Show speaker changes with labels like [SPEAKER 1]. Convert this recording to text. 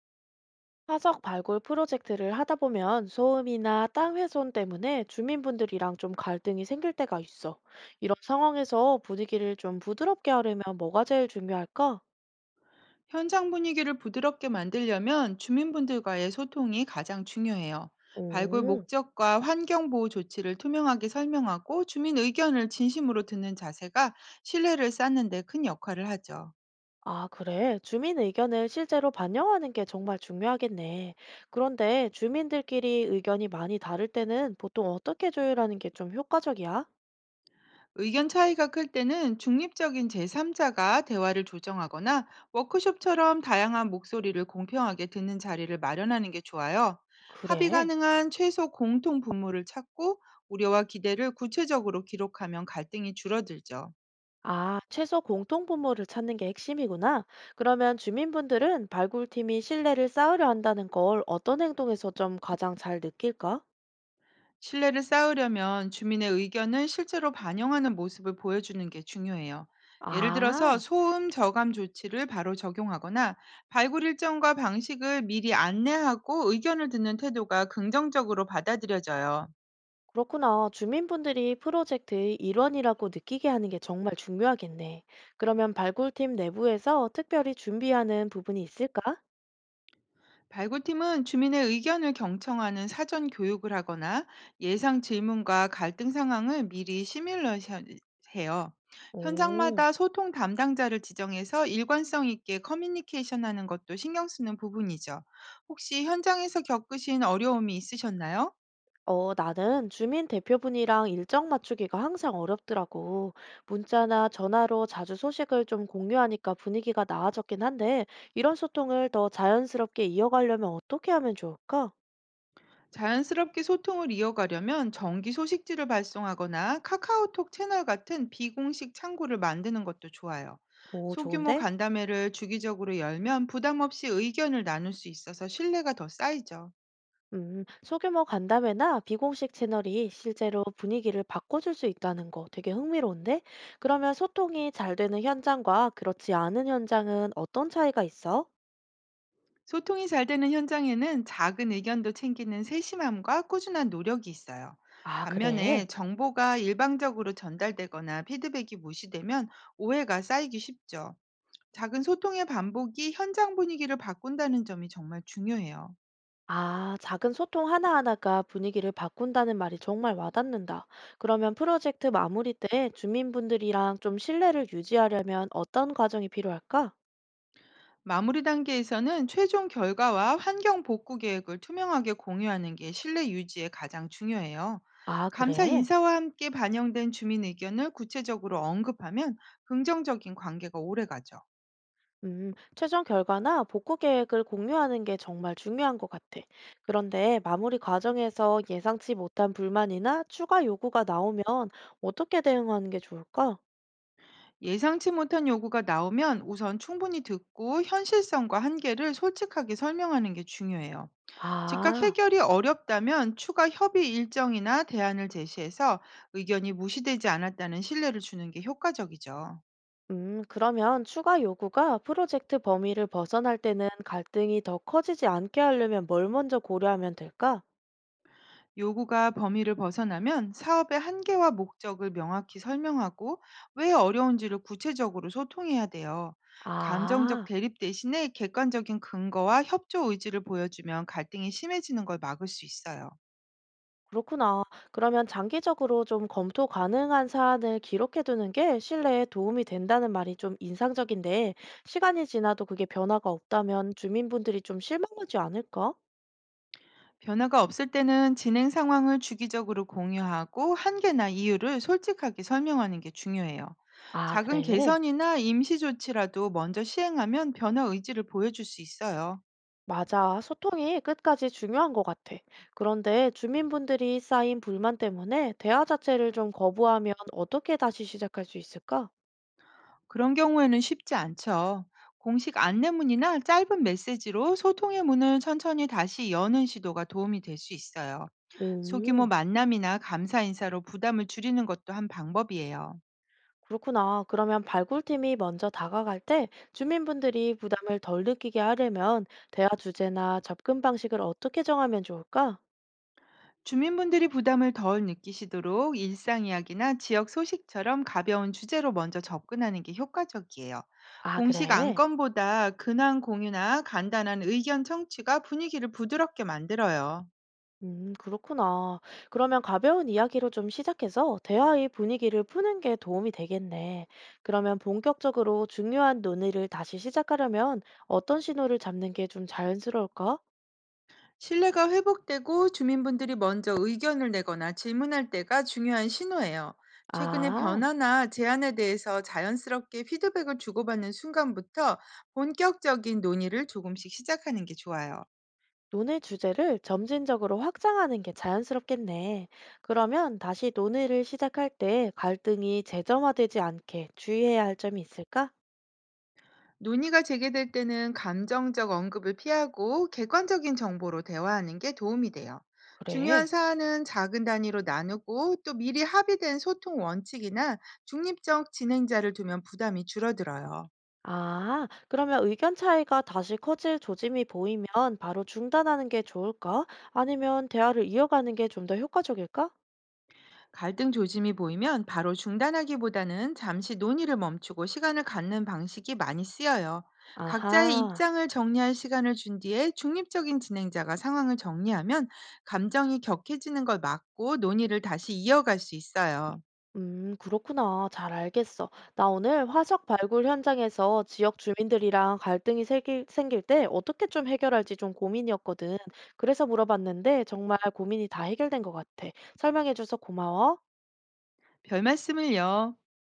[SPEAKER 1] 화석 발굴 프로젝트를 하다 보면 소음이나 땅 훼손 때문에 주민분들이랑 좀 갈등이 생길 때가 있어. 이런 상황에서 분위기를 좀 부드럽게 하려면 뭐가 제일 중요할까?
[SPEAKER 2] 현장 분위기를 부드럽게 만들려면 주민분들과의 소통이 가장 중요해요. 발굴
[SPEAKER 1] 오,
[SPEAKER 2] 목적과 환경 보호 조치를 투명하게 설명하고, 주민 의견을 진심으로 듣는 자세가 신뢰를 쌓는 데 큰 역할을 하죠.
[SPEAKER 1] 아, 그래. 주민 의견을 실제로 반영하는 게 정말 중요하겠네. 그런데 주민들끼리 의견이 많이 다를 때는 보통 어떻게 조율하는 게 좀 효과적이야?
[SPEAKER 2] 의견 차이가 클 때는 중립적인 제3자가 대화를 조정하거나, 워크숍처럼 다양한 목소리를 공평하게 듣는 자리를 마련하는 게 좋아요. 합의
[SPEAKER 1] 그래.
[SPEAKER 2] 가능한 최소 공통 분모를 찾고, 우려와 기대를 구체적으로 기록하면 갈등이 줄어들죠.
[SPEAKER 1] 아, 최소 공통 분모를 찾는 게 핵심이구나. 그러면 주민분들은 발굴팀이 신뢰를 쌓으려 한다는 걸 어떤 행동에서 좀 가장 잘 느낄까?
[SPEAKER 2] 신뢰를 쌓으려면 주민의 의견을 실제로 반영하는 모습을 보여주는 게 중요해요. 예를 들어서
[SPEAKER 1] 아,
[SPEAKER 2] 소음 저감 조치를 바로 적용하거나, 발굴 일정과 방식을 미리 안내하고 의견을 듣는 태도가 긍정적으로 받아들여져요.
[SPEAKER 1] 그렇구나. 주민분들이 프로젝트의 일원이라고 느끼게 하는 게 정말 중요하겠네. 그러면 발굴팀 내부에서 특별히 준비하는 부분이 있을까?
[SPEAKER 2] 발굴팀은 주민의 의견을 경청하는 사전 교육을 하거나, 예상 질문과 갈등 상황을 미리 시뮬레이션해요.
[SPEAKER 1] 오.
[SPEAKER 2] 현장마다 소통 담당자를 지정해서 일관성 있게 커뮤니케이션하는 것도 신경 쓰는 부분이죠. 혹시 현장에서 겪으신 어려움이 있으셨나요?
[SPEAKER 1] 나는 주민 대표분이랑 일정 맞추기가 항상 어렵더라고. 문자나 전화로 자주 소식을 좀 공유하니까 분위기가 나아졌긴 한데, 이런 소통을 더 자연스럽게 이어가려면 어떻게 하면 좋을까?
[SPEAKER 2] 자연스럽게 소통을 이어가려면 정기 소식지를 발송하거나, 카카오톡 채널 같은 비공식 창구를 만드는 것도 좋아요.
[SPEAKER 1] 오,
[SPEAKER 2] 소규모
[SPEAKER 1] 좋은데?
[SPEAKER 2] 간담회를 주기적으로 열면 부담 없이 의견을 나눌 수 있어서 신뢰가 더 쌓이죠.
[SPEAKER 1] 소규모 간담회나 비공식 채널이 실제로 분위기를 바꿔줄 수 있다는 거 되게 흥미로운데? 그러면 소통이 잘 되는 현장과 그렇지 않은 현장은 어떤 차이가 있어?
[SPEAKER 2] 소통이 잘 되는 현장에는 작은 의견도 챙기는 세심함과 꾸준한 노력이 있어요.
[SPEAKER 1] 아, 그래?
[SPEAKER 2] 반면에 정보가 일방적으로 전달되거나 피드백이 무시되면 오해가 쌓이기 쉽죠. 작은 소통의 반복이 현장 분위기를 바꾼다는 점이 정말 중요해요.
[SPEAKER 1] 아, 작은 소통 하나하나가 분위기를 바꾼다는 말이 정말 와닿는다. 그러면 프로젝트 마무리 때 주민분들이랑 좀 신뢰를 유지하려면 어떤 과정이 필요할까?
[SPEAKER 2] 마무리 단계에서는 최종 결과와 환경 복구 계획을 투명하게 공유하는 게 신뢰 유지에 가장 중요해요.
[SPEAKER 1] 아,
[SPEAKER 2] 감사
[SPEAKER 1] 그래?
[SPEAKER 2] 인사와 함께 반영된 주민 의견을 구체적으로 언급하면 긍정적인 관계가 오래가죠.
[SPEAKER 1] 최종 결과나 복구 계획을 공유하는 게 정말 중요한 것 같아. 그런데 마무리 과정에서 예상치 못한 불만이나 추가 요구가 나오면 어떻게 대응하는 게 좋을까?
[SPEAKER 2] 예상치 못한 요구가 나오면 우선 충분히 듣고, 현실성과 한계를 솔직하게 설명하는 게 중요해요. 즉각
[SPEAKER 1] 아.
[SPEAKER 2] 해결이 어렵다면 추가 협의 일정이나 대안을 제시해서 의견이 무시되지 않았다는 신뢰를 주는 게 효과적이죠.
[SPEAKER 1] 그러면 추가 요구가 프로젝트 범위를 벗어날 때는 갈등이 더 커지지 않게 하려면 뭘 먼저 고려하면 될까?
[SPEAKER 2] 요구가 범위를 벗어나면 사업의 한계와 목적을 명확히 설명하고, 왜 어려운지를 구체적으로 소통해야 돼요. 감정적
[SPEAKER 1] 아,
[SPEAKER 2] 대립 대신에 객관적인 근거와 협조 의지를 보여주면 갈등이 심해지는 걸 막을 수 있어요.
[SPEAKER 1] 그렇구나. 그러면 장기적으로 좀 검토 가능한 사안을 기록해두는 게 신뢰에 도움이 된다는 말이 좀 인상적인데, 시간이 지나도 그게 변화가 없다면 주민분들이 좀 실망하지 않을까?
[SPEAKER 2] 변화가 없을 때는 진행 상황을 주기적으로 공유하고, 한계나 이유를 솔직하게 설명하는 게 중요해요.
[SPEAKER 1] 아,
[SPEAKER 2] 작은
[SPEAKER 1] 그래.
[SPEAKER 2] 개선이나 임시 조치라도 먼저 시행하면 변화 의지를 보여줄 수 있어요.
[SPEAKER 1] 맞아. 소통이 끝까지 중요한 것 같아. 그런데 주민분들이 쌓인 불만 때문에 대화 자체를 좀 거부하면 어떻게 다시 시작할 수 있을까?
[SPEAKER 2] 그런 경우에는 쉽지 않죠. 공식 안내문이나 짧은 메시지로 소통의 문을 천천히 다시 여는 시도가 도움이 될 수 있어요. 소규모
[SPEAKER 1] 오,
[SPEAKER 2] 만남이나 감사 인사로 부담을 줄이는 것도 한 방법이에요.
[SPEAKER 1] 그렇구나. 그러면 발굴팀이 먼저 다가갈 때 주민분들이 부담을 덜 느끼게 하려면 대화 주제나 접근 방식을 어떻게 정하면 좋을까?
[SPEAKER 2] 주민분들이 부담을 덜 느끼시도록 일상 이야기나 지역 소식처럼 가벼운 주제로 먼저 접근하는 게 효과적이에요.
[SPEAKER 1] 아,
[SPEAKER 2] 공식
[SPEAKER 1] 그래.
[SPEAKER 2] 안건보다 근황 공유나 간단한 의견 청취가 분위기를 부드럽게 만들어요.
[SPEAKER 1] 그렇구나. 그러면 가벼운 이야기로 좀 시작해서 대화의 분위기를 푸는 게 도움이 되겠네. 그러면 본격적으로 중요한 논의를 다시 시작하려면 어떤 신호를 잡는 게 좀 자연스러울까?
[SPEAKER 2] 신뢰가 회복되고 주민분들이 먼저 의견을 내거나 질문할 때가 중요한 신호예요. 최근의
[SPEAKER 1] 아,
[SPEAKER 2] 변화나 제안에 대해서 자연스럽게 피드백을 주고받는 순간부터 본격적인 논의를 조금씩 시작하는 게 좋아요.
[SPEAKER 1] 논의 주제를 점진적으로 확장하는 게 자연스럽겠네. 그러면 다시 논의를 시작할 때 갈등이 재점화되지 않게 주의해야 할 점이 있을까?
[SPEAKER 2] 논의가 재개될 때는 감정적 언급을 피하고 객관적인 정보로 대화하는 게 도움이 돼요.
[SPEAKER 1] 그래.
[SPEAKER 2] 중요한 사안은 작은 단위로 나누고, 또 미리 합의된 소통 원칙이나 중립적 진행자를 두면 부담이 줄어들어요.
[SPEAKER 1] 아, 그러면 의견 차이가 다시 커질 조짐이 보이면 바로 중단하는 게 좋을까? 아니면 대화를 이어가는 게 좀 더 효과적일까?
[SPEAKER 2] 갈등 조짐이 보이면 바로 중단하기보다는 잠시 논의를 멈추고 시간을 갖는 방식이 많이 쓰여요. 각자의
[SPEAKER 1] 아하,
[SPEAKER 2] 입장을 정리할 시간을 준 뒤에 중립적인 진행자가 상황을 정리하면 감정이 격해지는 걸 막고 논의를 다시 이어갈 수 있어요.
[SPEAKER 1] 그렇구나. 잘 알겠어. 나 오늘 화석 발굴 현장에서 지역 주민들이랑 갈등이 생길 때 어떻게 좀 해결할지 좀 고민이었거든. 그래서 물어봤는데 정말 고민이 다 해결된 것 같아. 설명해줘서 고마워.
[SPEAKER 2] 별 말씀을요.